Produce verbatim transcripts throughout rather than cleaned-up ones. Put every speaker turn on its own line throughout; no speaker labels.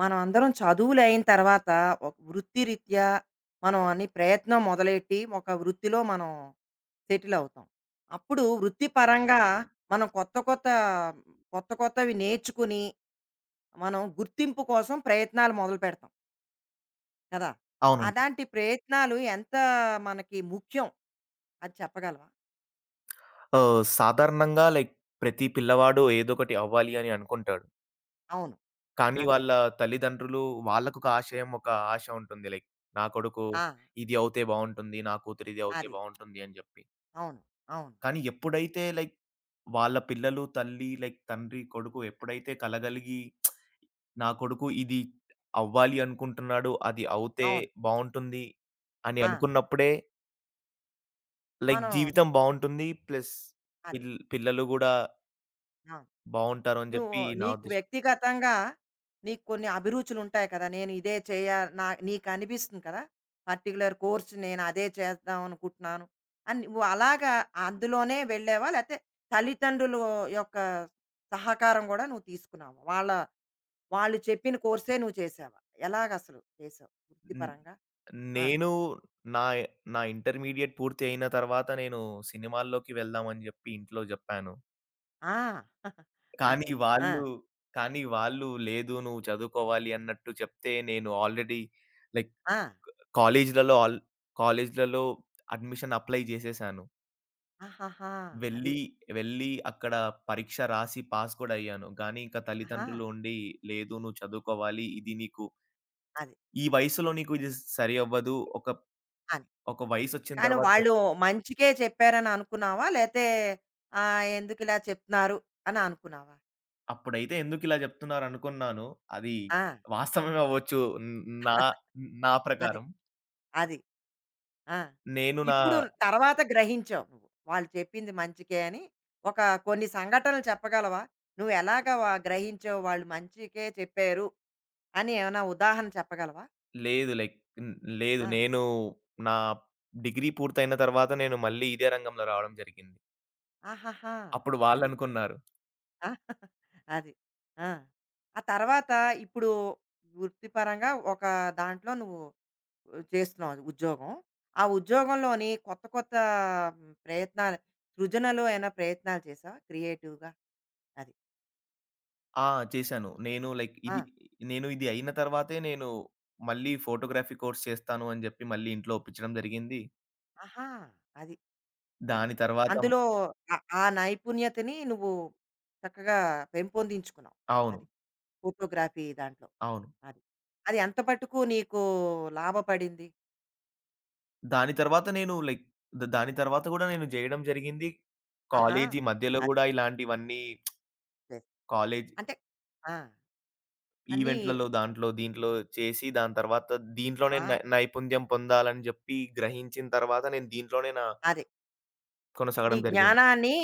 మనం అందరం చదువులయిన తర్వాత ఒక వృత్తిరీత్యా మనం అన్ని ప్రయత్నం మొదలెట్టి ఒక వృత్తిలో మనం సెటిల్ అవుతాం. అప్పుడు వృత్తిపరంగా మనం కొత్త, కొత్త కొత్త కొత్తవి నేర్చుకుని మనం గుర్తింపు కోసం ప్రయత్నాలు మొదలుపెడతాం కదా!
అవునండి.
అలాంటి ప్రయత్నాలు ఎంత మనకి ముఖ్యం అది చెప్పగలవా?
ఆహ్, సాధారణంగా లైక్ ప్రతి పిల్లవాడు ఏదోకటి అవ్వాలి అని అనుకుంటాడు.
అవును.
కానీ
అదే
వాళ్ళ
కదా!
తల్లిదండ్రులు వాళ్ళకొక ఆశయం, ఒక ఆశ ఉంటుంది. లైక్ నా కొడుకు
ఆ.
ఇది అవుతే బావుంటుంది. నా కూతురు ఇది అవుతే
అది.
బావుంటుంది అని జెప్పి.
అవును. అవును.
కానీ ఎప్పుడైతే లైక్ వాళ్ళ పిల్లలు తల్లి లైక్ తండ్రి, కొడుకు ఎప్పుడైతే కలగలిగి నా కొడుకు ఇది అవ్వాలి అనుకుంటున్నాడు. అది అవుతే
అవును.
బావుంటుంది అని
ఆ.
అనుకున్నప్పుడే లైక్
మనం.
జీవితం బావుంటుంది. ప్లస్
అది.
పిల్ పిల్లలు గూడా
అవును.
బావుంటారు అని
నువ్వు
జెప్పి నా
నీకు
ఉద్దేశం.
వ్యక్తిగతంగా, నీకు కొన్ని అభిరుచులు ఉంటాయి కదా, నేను ఇదే చేయ నా నీకు అనిపిస్తుంది కదా, పర్టికులర్ కోర్స్ నేను అదే చేద్దాం అనుకుంటున్నాను అని నువ్వు అలాగా అందులోనే వెళ్ళావా, లేకపోతే తల్లిదండ్రుల యొక్క సహకారం కూడా నువ్వు తీసుకున్నావా? వాళ్ళ వాళ్ళు చెప్పిన కోర్సే నువ్వు చేసావా? ఎలాగ అసలు చేసావు
హ్మ్.
వృత్తిపరంగా? ఆ.
నేను నా నా ఇంటర్మీడియేట్ పూర్తి అయిన తర్వాత నేను సినిమాల్లోకి వెళ్దామని జెప్పి ఇంట్లో జెప్పాను.
ఆ.
కానీ
అది. ఆ.
వాళ్ళు కానీ వాళ్ళు లేదు నువ్వు చదువుకోవాలి అన్నట్టు చెప్తే నేను ఆల్రెడీ లైక్
ఆ.
కాలేజ్‌లలో ఆల్ కాలేజ్‌లలో అడ్మిషన్ అప్లై జేసేసాను.
ఆహాహా. అది.
వెళ్లి వెళ్లి అక్కడ పరీక్ష రాసి పాస్ గూడా అయ్యాను. గానీ ఇంకా
ఆహా.
తల్లిదండ్రులు ఉండి లేదు నువ్వు చదువుకోవాలి. ఇది నీకు
అది.
ఈ వయసులో నీకు ఇది సరి అవ్వదు. ఒక
అది.
ఒక వయసొచ్చిన
కానీ
తర్వాత
వాళ్ళు మంచికే చెప్పారని అనుకున్నావా? లేతే ఆహ్, ఎందుకిలా చెప్తున్నారు అని అనుకున్నావా?
అప్పుడైతే ఎందుకిలా జెప్తున్నారనుకున్నాను. అది
ఆ!
వాస్తవమే అవ్వచ్చు. హ్మ్. నా నా
అది.
ప్రకారం.
అది. ఆ!
నేను నా
ఇప్పుడు తర్వాత గ్రహించావు నువ్వు, వాళ్ళు చెప్పింది మంచికే అని. ఒక కొన్ని సంఘటనలు చెప్పగలవా? నువ్వెలాగ వ గ్రహించావు వాళ్ళు మంచికే చెప్పారు అని ఏమైనా ఉదాహరణ చెప్పగలవా?
లేదు లైక్ హ్మ్. లేదు.
ఆ!
నేను నా డిగ్రీ పూర్తయిన తర్వాత నేను మళ్ళీ ఇదే రంగంలో రావడం జరిగింది.
ఆహాహా!
అప్పుడు
అది.
వాళ్ళనుకున్నారు.
ఆ! అది. ఆ! ఆ తర్వాత ఇప్పుడు వృత్తిపరంగా ఒక దాంట్లో నువ్వు చేస్తున్నాం ఉద్యోగం. ఆ ఉద్యోగంలోని కొత్త కొత్త హ్మ్, ప్రయత్నాలు సృజనలో ఏమైనా ప్రయత్నాలు చేశావా క్రియేటివ్‌గా? అది.
ఆ! చేశాను. నేను లైక్ ఇది
ఆ!
నేను ఇది అయిన తర్వాతే నేను మళ్ళీ ఫోటోగ్రఫీ కోర్స్ చేస్తాను అని జెప్పి మళ్ళీ ఇంట్లో ఒప్పించడం జరిగింది.
ఆహా! అది. అది.
దాని తర్వాత
అందులో ఆ ఆ నైపుణ్యతని నువ్వు చక్కగా పెంపొందించుకున్నావు.
అవును.
అది. ఫోటోగ్రఫీ దాంట్లో.
అవును.
అది. అది ఎంత మటుకు నీకు లాభపడింది?
దాని తర్వాత నేను లైక్ ద దాని తర్వాత గూడా నేను జేయడం జరిగింది.
ఆహా!
కాలేజీ మధ్యలో
అది.
గూడా ఇలాంటివన్నీ
సరే.
కాలేజ్
అంటే ఆ! అన్నీ
ఈవెంట్‌లలో దాంట్లో, దీంట్లో చేసి దాని తర్వాత దీంట్లోనే
ఆ!
నై నైపుణ్యం పొందాలని జెప్పి గ్రహించిన తర్వాత నేను దీంట్లోనే నా
అదే. నీ
కొనసాగడం జరిగింది.
జ్ఞానాన్ని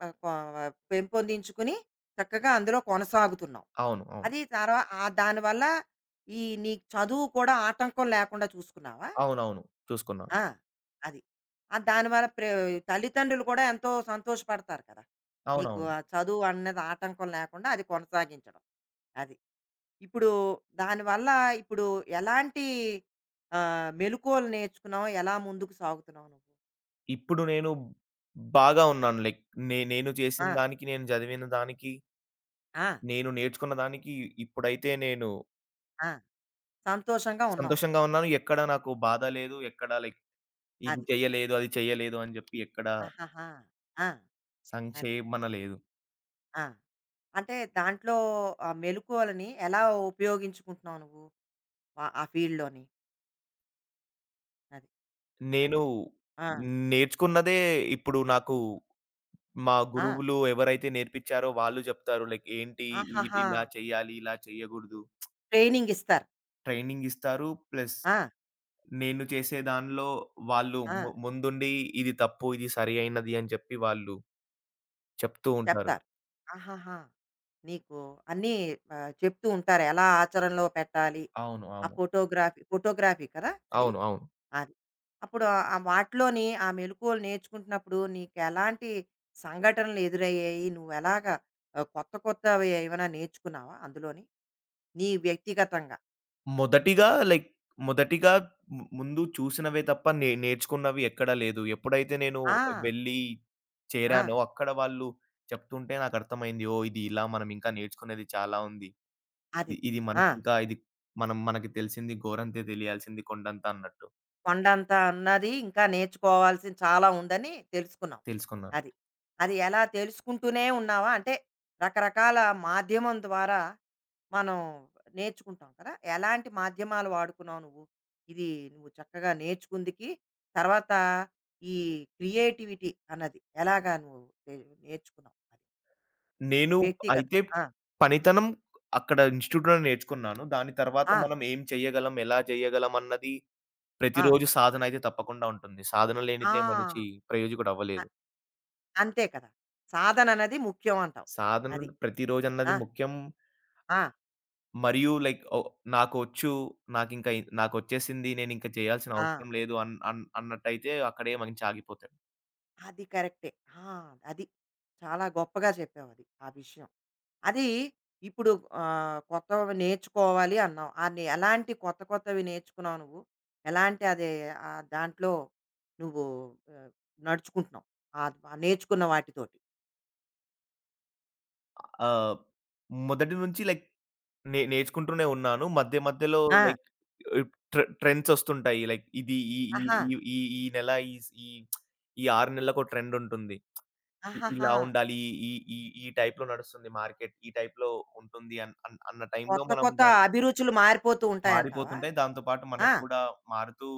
ప- ప- పెంపొందించుకుని చక్కగా అందులో కొనసాగుతున్నావు.
అవును.
అది.
అవును.
తర్వాత ఆ దానివల్ల ఈ నీ చదువు కూడా ఆటంకం లేకుండా చూసుకున్నావా?
అవునవును. చూసుకున్నాను.
ఆ. అది. ఆ దానివల్ల ప్రే తల్లిదండ్రులు కూడా ఎంతో సంతోషపడతారు కదా, నీకు
అవునవును.
ఆ చదువు అన్నది ఆటంకం లేకుండా అది కొనసాగించడం. అది. ఇప్పుడు దానివల్ల ఇప్పుడు ఎలాంటి ఆ, మెలకువలు నేర్చుకున్నావు? ఎలా ముందుకు సాగుతున్నావు నువ్వు?
ఇప్పుడు నేను బాగా ఉన్నాను. లైక్ నే నేను చేసిన
ఆ.
దానికి, నేను చదివిన దానికి,
ఆ.
నేను నేర్చుకున్న దానికి ఇప్పుడైతే నేను
ఆ. సంతోషంగా ఉన్నావు నువ్వు.
సంతోషంగా ఉన్నాను. ఎక్కడ నాకు బాధ లేదు. ఎక్కడ లైక్ ఇది
అది.
చెయ్యలేదు, అది చెయ్యలేదు అని జెప్పి ఎక్కడ
ఆహాహా! ఆ! అది.
సంక్షేమన లేదు.
ఆ! అంటే దాంట్లో ఆ మెలుకువలని ఎలా ఉపయోగించుకుంటున్నావు నువ్వు? ఆహ్, ఆ ఫీల్డ్‌లోని? అది.
నేను
అంటే ఆ!
నేర్చుకున్నదే ఇప్పుడు నాకు మా
ఆ!
గురువులు ఎవరైతే నేర్పిచ్చారో వాళ్ళు జెప్తారు. లైక్ ఏంటి ఇ
ఆహాహా!
ఇలా చెయ్యాలి, ఇలా చెయ్యగూడదు.
ట్రైనింగ్ ఇస్తారు.
ట్రైనింగ్ ఇస్తారు. ప్లస్
ఆ!
నేను చేసే దానిలో వాళ్ళు
ఆ!
ము ముందుండి ఇది తప్పు, ఇది సరి అయినది అని జెప్పి వాళ్ళు చెప్తూ ఉంటారు.
చెప్తారు. ఆహాహా! నీకు అన్నీ ఆహ్, చెప్తూ ఉంటారు. ఎలా ఆచరణలో పెట్టాలి?
అవును.
ఆ
అవును.
ఫోటోగ్రఫీ ఫోటోగ్రఫీ కదా అది?
అవును. అవును.
అది. అప్పుడు ఆ ఆ వాటిలోని ఆ మెలుకువలు నేర్చుకుంటున్నప్పుడు నీకెలాంటి సంఘటనలు ఎదురయ్యాయి? నువ్వెలాగా ఆహ్, కొత్త కొత్తవి ఏమైనా నేర్చుకున్నావా అందులోని? నీ వ్యక్తిగతంగా?
మొదటిగా లైక్ మొదటిగా ము ముందు చూసినవే తప్ప నే నేర్చుకున్నవి ఎక్కడా లేదు. ఎప్పుడైతే నేను
ఆ!
వెళ్ళి
ఆ!
చేరానో, అక్కడ వాళ్ళు చెప్తుంటే నాకర్థమైంది. ఓహ్! ఇది ఇలా మనం ఇంకా నేర్చుకునేది చాలా ఉంది.
అది.
ఇ ఇది
ఆ!
మనకింకా ఇది మనం మనకి తెలిసింది గోరంతే తెలియాల్సింది కొండంత అన్నట్టు
కొండంత ఉన్నది, ఇంకా నేర్చుకోవాల్సింది చాలా ఉందని తెలుసుకున్నావు.
తెలుసుకున్నాను.
అది. అది ఎలా తెలుసుకుంటూనే ఉన్నావా? అంటే రకరకాల మాధ్యమం ద్వారా మనం నేర్చుకుంటాం కదా! ఎలాంటి మాధ్యమాలు వాడుకున్నావు నువ్వు? ఇది నువ్వు చక్కగా నేర్చుకుందికి, తర్వాత ఈ క్రియేటివిటీ అన్నది ఎలాగా నువ్వు నే నేర్చుకున్నావు అది?
నేను
వ్యక్తిగత
అయితే
ఆ!
పనితనం అక్కడ ఇన్‌స్టిట్యూట్‌లోనే నేర్చుకున్నాను. దాని తర్వాత
ఆ!
మనం ఏం చేయగలం, ఎలా చేయగలం అన్నది
ఆ!
ప్రతిరోజు సాధనయితే తప్పకుండా ఉంటుంది. సాధన
ఆ!
లేనిదే మనిషి
అ
ప్రయోజకుడవ్వలేదు.
అంతే కదా! సాధన అనేది ముఖ్యం అంటావు.
సాధన
అది. ఆ!
ప్రతిరోజన్నది ముఖ్యం.
ఆ!
మరియు లైక్ ఓ నాకొచ్చు, నాకింకా ఇ నాకొచ్చేసింది, నేనింక చేయాల్సిన
ఆ!
అవసరం లేదు అన్ అన్ అన్నట్టయితే అక్కడే మంచి ఆగిపోతాం.
అది కరెక్టే. ఆ! అది. చాలా గొప్పగా చెప్పావది, ఆ విషయం. అది. ఇప్పుడు ఆహ్, కొత్తవి నేర్చుకోవాలి అన్నావు. ఆ నే ఎలాంటి కొత్త కొత్తవి నేర్చుకున్నావు నువ్వు? ఎలాంటి అది ఆహ్, దాంట్లో నువ్వు ఆహ్, నడుచుకుంటున్నావు ఆద్ నేర్చుకున్న వాటితోటి.
ఆహ్, మొదటి నుంచి లైక్ నే నేర్చుకుంటూనే ఉన్నాను. మధ్య మధ్యలో
ఆ!
లైక్ ఆహ్, ట్రె ట్రెండ్సొస్తుంటాయి. లైక్ ఇది ఈ ఈ
ఆహా!
ఈ ఈ ఈ నెల ఈస్ ఈ ఈ ఆరు నెలలకో ట్రెండుంటుంది. ఇ ఇలా
ఆహాహా!
ఉండాలి. ఈ ఈ ఈ ఈ టైప్‌లో నడుస్తుంది మార్కెట్. ఈ టైప్‌లో ఉంటుంది అన్ అన్ అన్న టైంలో
కొత్త
మనం
కొత్త
దాన్ని
అభిరుచులు మారిపోతూ ఉంటాయంటావా?
మారిపోతుంటాయి. దాంతో పాటు మనం
ఆ!
గూడా మారుతూ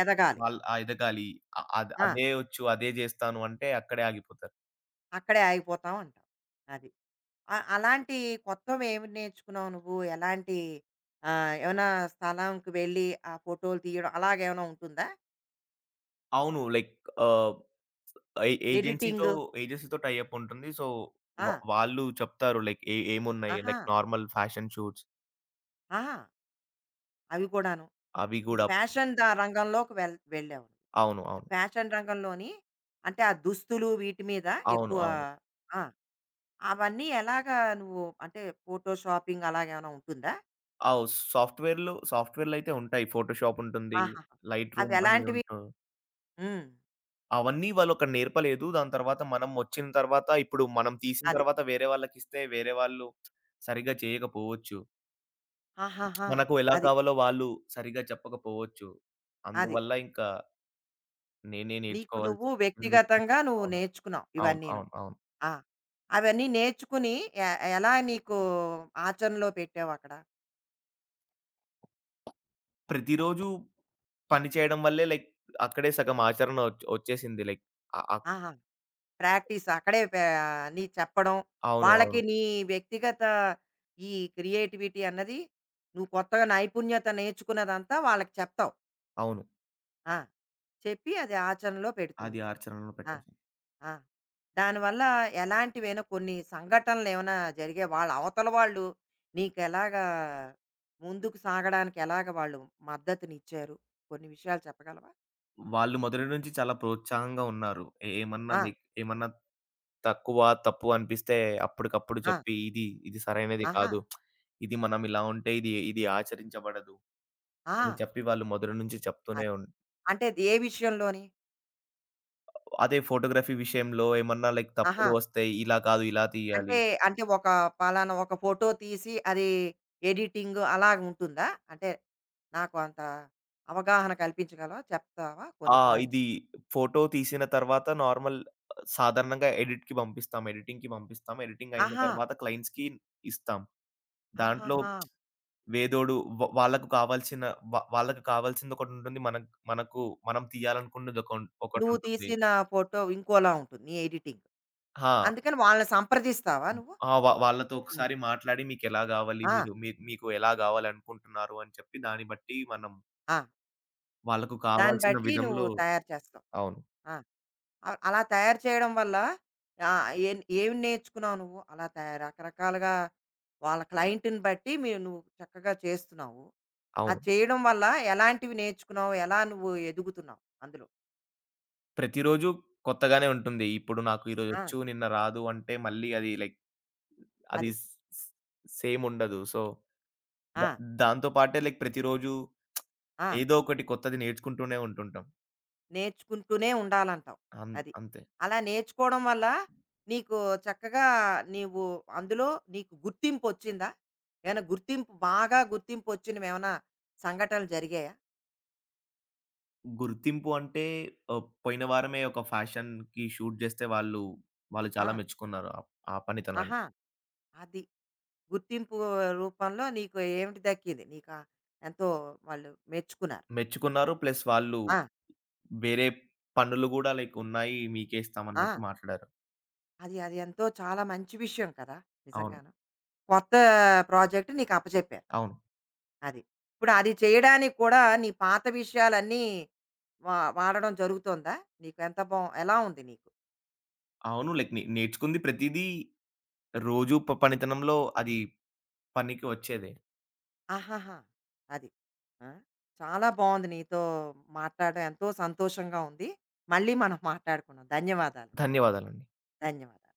ఎదగాలి.
వాళ్ ఆ! ఎదగాలి. అ అద్
ఆ!
అదే వచ్చు, అదే జేస్తాను అంటే అక్కడే ఆగిపోతారు.
అక్కడే ఆగిపోతాం అంటావు. అది. అ అలాంటి కొత్తవేమి నేర్చుకున్నావు నువ్వు? ఎలాంటి ఆహ్, ఏమైనా స్థలంకి వెళ్ళి ఆ ఫోటోలు తీయడం అలాగేమైనా ఉంటుందా?
అవును. లైక్ ఆహ్, ఏ ఏజెన్సీ‌తో
ఎడిటింగు.
ఏజెన్సీ‌తో టై అప్ ఉంటుంది. సో,
ఆ!
వ వాళ్ళు చెప్తారు లైక్ ఏ ఏమున్నాయి
ఆహా!
లైక్ నార్మల్ ఫ్యాషన్ షూట్స్
ఆహా! అవి కూడాను.
అవి
ఈ
గూడా
ఫ్యాషన్ ద రంగంలోకి వెళ్ వెళ్ళావు నువ్వు.
అవును.
ఈ
అవును.
ఫ్యాషన్ రంగంలోని అంటే ఆ దుస్తులు వీటి మీద
అవును.
ఎక్కువ
అవును.
ఆ! అవన్నీ ఎలాగా నువ్వు, అంటే ఫోటో షాపింగ్ అలాగేమైనా ఉంటుందా?
అవు సాఫ్ట్‌వేర్‌లు సాఫ్ట్‌వేర్‌లయితే ఉంటాయి. ఫోటోషాప్ ఉంటుంది.
ఆహాహా!
లైట్ రూమ్ అని
అవెలాంటివి?
ఉంటు
హ్మ్.
అవన్నీ వాళ్ళక్కడ నేర్పలేదు. దాని తర్వాత మనం వచ్చిన తర్వాత ఇప్పుడు మనం తీసిన
అది.
తర్వాత వేరే వాళ్ళకిస్తే వేరే వాళ్ళు సరిగ్గా చేయకపోవచ్చు.
ఆహాహా!
మనకు ఎలా
అది.
కావాలో వాళ్ళు సరిగ్గా చెప్పకపోవచ్చు.
అది.
అందువల్ల ఇంకా నేనే
నీకు నువ్వు
నేర్చుకోవాల్సిందొచ్చింది.
వ్యక్తిగతంగా నువ్వు
అవును.
నేర్చుకున్నావు
అవును.
ఇవన్నీను.
అవును. అవును.
ఆ! అవన్నీ నేర్చుకుని ఎ ఎలా నీకు ఆచరణలో పెట్టావక్కడ?
ప్రతిరోజు పని చేయడం వల్లే లైక్ అక్కడే సగం ఆచరణ ఒచ్ ఒచ్చేసింది. లైక్ అ అ
ఆహా! ప్రాక్టీస్ అక్కడే పే అన్నీ చెప్పడం.
అవును.
వాళ్ళకి
అవును.
నీ వ్యక్తిగత ఈ క్రియేటివిటీ అన్నది నువ్వు కొత్తగా నైపుణ్యత నేర్చుకున్నదంతా వాళ్ళకి చెప్తావు.
అవును.
ఆ! చెప్పి అది ఆచరణలో పెడుతూ
అది
ఉంటావు.
ఆచరణలో
ఆ!
పెట్టేసాను.
ఆ! దానివల్ల ఎలాంటివైనా కొన్ని సంఘటనలేమైనా జరిగే, వాళ్ళ అవతల వాళ్ళు నీకెలాగా ముందుకు సాగడానికి ఎలాగ వాళ్ళు మద్దతునిచ్చారు? కొన్ని విషయాలు చెప్పగలవా?
వాళ్ళు మొదటి నుంచి చాలా ప్రోత్సాహంగా ఉన్నారు. ఏ ఏమన్నా
ఆ!
లైక్ ఏమన్నా తక్కువ, తప్పు అనిపిస్తే అప్పటికప్పుడు
ఆ!
చెప్పి, ఇది, ఇది సరైనది
ఆహా!
కాదు. ఇది మనం ఇలా ఉంటే ఇది, ఇది ఆచరించబడదు
ఆ!
అని చెప్పి వాళ్ళు మొదటి నుంచి చెప్తూనే
అది.
ఉన్
అంటే ఏ విషయంలోని?
అదే ఫోటోగ్రఫీ విషయంలో ఏమన్నా లైక్
ఆహా!
తప్పులు వస్తాయి. ఇలా కాదు, ఇలా తీయాలి.
అంటే, అంటే ఒక పలానా ఒక ఫోటో తీసి, అది ఎడిటింగ్ అలాగ ఉంటుందా? అంటే నాకు అంత అవగాహన కల్పించగలవా? చెప్తావా కొన్ని
ఆ!
పాయింట్స్?
ఇది ఫోటో తీసిన తర్వాత నార్మల్ సాధారణంగా ఎడిట్‌కి పంపిస్తాం. ఎడిటింగ్‌కి పంపిస్తాం. ఎడిటింగ్ అయిన
ఆహా!
తర్వాత క్లయింట్స్‌కి ఇస్తాం. దాంట్లో
ఆహాహా!
వేదోడు వ వాళ్ళకు కావాల్సిన వ వాళ్ళకి కావాల్సింది ఒకటుంటుంది. మనకు మనకు మనం తీయాలనుకున్నది ఒక
నువ్వు
ఒకటుంటుంది.
తీసిన ఫోటో ఇంకోలా ఉంటుంది నీ ఎడిటింగ్.
ఆ!
అందుకని వాళ్ళని సంప్రదిస్తావా నువ్వు?
ఆ! వా వాళ్ళతో
హ్మ్.
ఒకసారి మాట్లాడి మీకెలా గావాలి?
ఆ!
మీరు మీ మీకు ఎలా గావాలనుకుంటున్నారు? అని చెప్పి దాన్ని బట్టి మనం
ఆ!
వాళ్ళకు
దాన్ని
కావాల్సిన
బట్టి నువ్వు
విధంలో
తయారు చేస్తావు.
అవును.
ఆ! అ అలా తయారు చేయడం వల్ల ఆహ్, ఏం ఏం నేర్చుకున్నావు నువ్వు? అలా తయా రకరకాలుగా వాళ్ళ క్లయింట్‌ని బట్టి మీరు నువ్వు చక్కగా చేస్తున్నావు.
అవును.
అది చేయడం వల్ల ఎలాంటివి నేర్చుకున్నావు? ఎలా నువ్వు ఎదుగుతున్నావు అందులో?
ప్రతిరోజు కొత్తగానే ఉంటుంది. ఇప్పుడు నాకు
ఆ!
ఈరోజొచ్చు, నిన్న రాదు అంటే మళ్ళీ అది లైక్ అది
అది.
స్ స్ సేమ్ ఉండదు. సో, ద
ఆ!
దాంతో పాటే లైక్ ప్రతిరోజు
ఆ!
ఏదో ఒకటి కొత్తది నేర్చుకుంటూనే ఉంటుంటాం.
నేర్చుకుంటూనే ఉండాలంటావు.
అన్
అది.
అంతే.
అలా నేర్చుకోవడం వల్ల నీకు చక్కగా నీవు అందులో నీకు గుర్తింపొచ్చిందా? ఏమైనా గుర్తింపు బాగా గుర్తింపొచ్చినవేమైనా సంఘటనలు జరిగాయా?
గుర్తింపు అంటే ఆహ్, పోయిన వారమే ఒక ఫ్యాషన్‌కి షూట్ జేస్తే వాళ్ళు, వాళ్ళు
ఆ!
చాలా మెచ్చుకున్నారు. ఆ ఆ
ఆహా!
పనితనానికి.
అది. గుర్తింపు రూపంలో నీకు ఏమిటి దక్కింది? నీకా ఎంతో వాళ్ళు మెచ్చుకున్నారు.
మెచ్చుకున్నారు. ప్లస్ వాళ్ళు
ఆ!
వేరే పనులు గూడా లైక్ ఉన్నాయి. మీకే
ఆ!
ఇస్తామన్నట్టు మాట్లాడారు.
అది అది ఎంతో చాలా మంచి విషయం కదా!
అవును.
నిజంగాను. కొత్త ప్రాజెక్ట్ నీకు అప్పచెప్పారు.
అవును.
అది. ఇప్పుడు అది చేయడానికి కూడా నీ పాత విషయాలన్నీ వా వాడడం జరుగుతోందా? నీకు ఎంత బా ఎలా ఉంది నీకు?
అవును. లైక్ నే నేర్చుకుంది ప్రతీదీ రోజు ప పనితనంలో అది పనికి వచ్చేదే.
ఆహాహా! అది. ఆ! చాలా బావుంది నీతో మాట్లాడడం, ఎంతో సంతోషంగా ఉంది. మళ్ళీ మనం మాట్లాడుకుందాం. ధన్యవాదాలు.
ధన్యవాదాలండి.
ధన్యవాదాలు.